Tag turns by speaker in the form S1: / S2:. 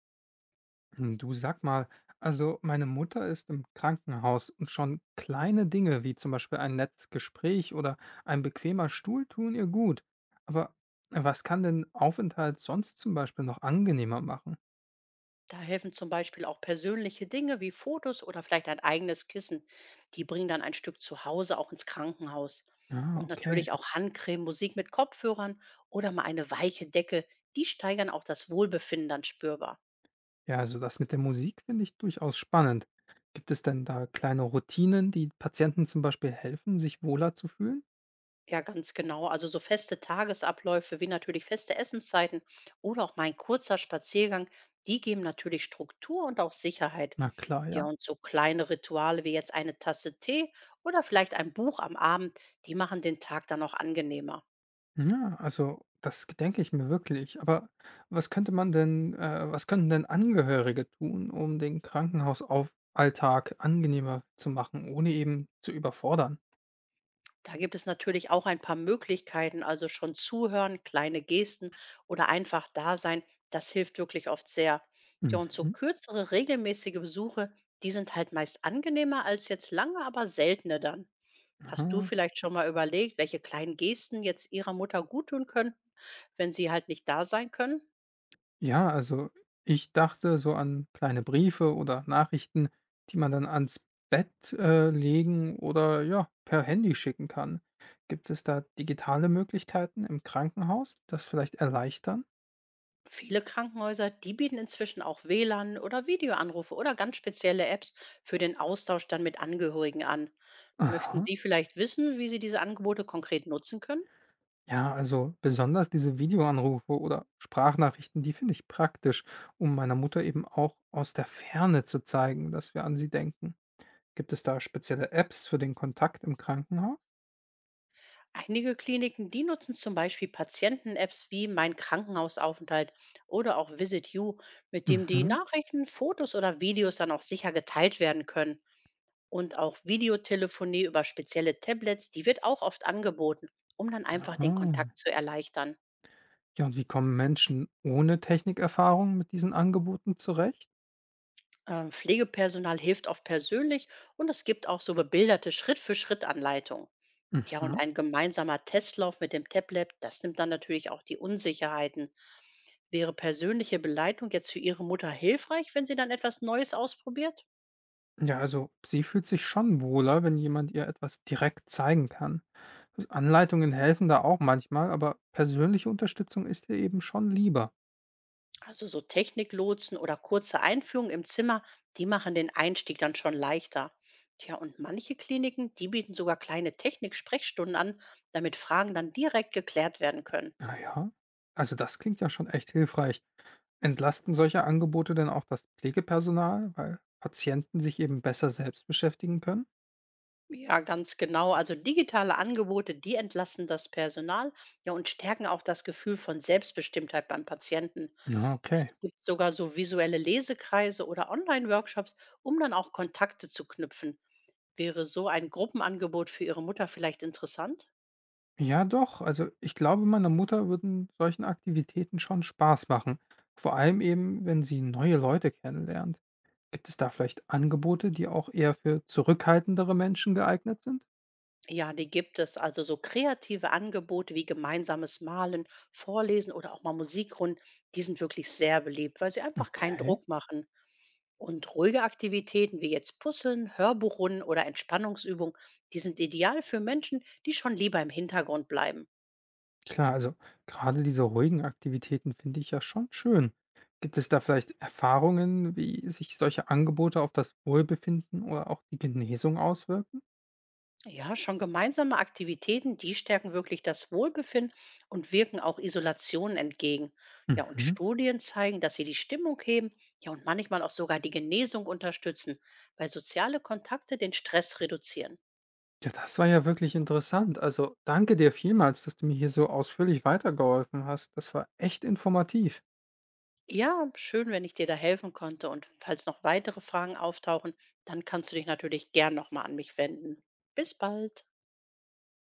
S1: Hm, du sag mal, also meine Mutter ist im Krankenhaus und schon kleine Dinge wie zum Beispiel ein nettes Gespräch oder ein bequemer Stuhl tun ihr gut. Aber was kann denn Aufenthalt sonst zum Beispiel noch angenehmer machen?
S2: Da helfen zum Beispiel auch persönliche Dinge wie Fotos oder vielleicht ein eigenes Kissen. Die bringen dann ein Stück zu Hause auch ins Krankenhaus.
S1: Ah,
S2: Und
S1: okay.
S2: natürlich auch Handcreme, Musik mit Kopfhörern oder mal eine weiche Decke. Die steigern auch das Wohlbefinden dann spürbar.
S1: Ja, also das mit der Musik finde ich durchaus spannend. Gibt es denn da kleine Routinen, die Patienten zum Beispiel helfen, sich wohler zu fühlen?
S2: Ja, ganz genau. Also so feste Tagesabläufe wie natürlich feste Essenszeiten oder auch mein kurzer Spaziergang, die geben natürlich Struktur und auch Sicherheit.
S1: Na klar,
S2: Ja,
S1: ja.
S2: und so kleine Rituale wie jetzt eine Tasse Tee oder vielleicht ein Buch am Abend, die machen den Tag dann auch angenehmer.
S1: Ja, also das denke ich mir wirklich. Aber was könnte man denn was könnten denn Angehörige tun, um den Krankenhausauff angenehmer zu machen, ohne eben zu überfordern?
S2: Da gibt es natürlich auch ein paar Möglichkeiten, also schon zuhören, kleine Gesten oder einfach da sein, das hilft wirklich oft sehr. Ja, und so
S1: Mhm.
S2: kürzere, regelmäßige Besuche, die sind halt meist angenehmer als jetzt lange, aber seltene dann. Hast du
S1: Aha.
S2: vielleicht schon mal überlegt, welche kleinen Gesten jetzt ihrer Mutter guttun können, wenn sie halt nicht da sein können?
S1: Ja, also ich dachte so an kleine Briefe oder Nachrichten, die man dann ans Bett legen oder ja, per Handy schicken kann. Gibt es da digitale Möglichkeiten im Krankenhaus, das vielleicht erleichtern?
S2: Viele Krankenhäuser, die bieten inzwischen auch WLAN oder Videoanrufe oder ganz spezielle Apps für den Austausch dann mit Angehörigen an. Möchten
S1: Aha.
S2: Sie vielleicht wissen, wie Sie diese Angebote konkret nutzen können?
S1: Ja, also besonders diese Videoanrufe oder Sprachnachrichten, die finde ich praktisch, um meiner Mutter eben auch aus der Ferne zu zeigen, dass wir an sie denken. Gibt es da spezielle Apps für den Kontakt im Krankenhaus?
S2: Einige Kliniken, die nutzen zum Beispiel Patienten-Apps wie Mein Krankenhausaufenthalt oder auch Visit You, mit dem die
S1: Mhm.
S2: Nachrichten, Fotos oder Videos dann auch sicher geteilt werden können. Und auch Videotelefonie über spezielle Tablets, die wird auch oft angeboten, um dann einfach den
S1: Ah.
S2: Kontakt zu erleichtern.
S1: Ja, und wie kommen Menschen ohne Technikerfahrung mit diesen Angeboten zurecht?
S2: Pflegepersonal hilft oft persönlich und es gibt auch so bebilderte Schritt-für-Schritt-Anleitungen. Ja, und
S1: Mhm.
S2: ein gemeinsamer Testlauf mit dem Tablet, das nimmt dann natürlich auch die Unsicherheiten. Wäre persönliche Beleitung jetzt für Ihre Mutter hilfreich, wenn sie dann etwas Neues ausprobiert?
S1: Ja, also sie fühlt sich schon wohler, wenn jemand ihr etwas direkt zeigen kann. Anleitungen helfen da auch manchmal, aber persönliche Unterstützung ist ihr eben schon lieber.
S2: Also so Techniklotsen oder kurze Einführungen im Zimmer, die machen den Einstieg dann schon leichter. Tja, und manche Kliniken, die bieten sogar kleine Technik-Sprechstunden an, damit Fragen dann direkt geklärt werden können.
S1: Na ja, also das klingt ja schon echt hilfreich. Entlasten solche Angebote denn auch das Pflegepersonal, weil Patienten sich eben besser selbst beschäftigen können?
S2: Ja, ganz genau. Also digitale Angebote, die entlasten das Personal, ja, und stärken auch das Gefühl von Selbstbestimmtheit beim Patienten.
S1: Na,
S2: Es
S1: okay.
S2: gibt sogar so visuelle Lesekreise oder Online-Workshops, um dann auch Kontakte zu knüpfen. Wäre so ein Gruppenangebot für Ihre Mutter vielleicht interessant?
S1: Ja, doch. Also ich glaube, meiner Mutter würden solchen Aktivitäten schon Spaß machen. Vor allem eben, wenn sie neue Leute kennenlernt. Gibt es da vielleicht Angebote, die auch eher für zurückhaltendere Menschen geeignet sind?
S2: Ja, die gibt es. Also so kreative Angebote wie gemeinsames Malen, Vorlesen oder auch mal Musikrunden, die sind wirklich sehr beliebt, weil sie einfach keinen
S1: Okay.
S2: Druck machen. Und ruhige Aktivitäten wie jetzt Puzzeln, Hörbuchrunden oder Entspannungsübungen, die sind ideal für Menschen, die schon lieber im Hintergrund bleiben.
S1: Klar, also gerade diese ruhigen Aktivitäten finde ich ja schon schön. Gibt es da vielleicht Erfahrungen, wie sich solche Angebote auf das Wohlbefinden oder auch die Genesung auswirken?
S2: Ja, schon gemeinsame Aktivitäten, die stärken wirklich das Wohlbefinden und wirken auch Isolation entgegen. Ja, und
S1: Mhm.
S2: Studien zeigen, dass sie die Stimmung heben, ja, und manchmal auch sogar die Genesung unterstützen, weil soziale Kontakte den Stress reduzieren.
S1: Ja, das war ja wirklich interessant. Also danke dir vielmals, dass du mir hier so ausführlich weitergeholfen hast. Das war echt informativ.
S2: Ja, schön, wenn ich dir da helfen konnte. Und falls noch weitere Fragen auftauchen, dann kannst du dich natürlich gern nochmal an mich wenden. Bis bald.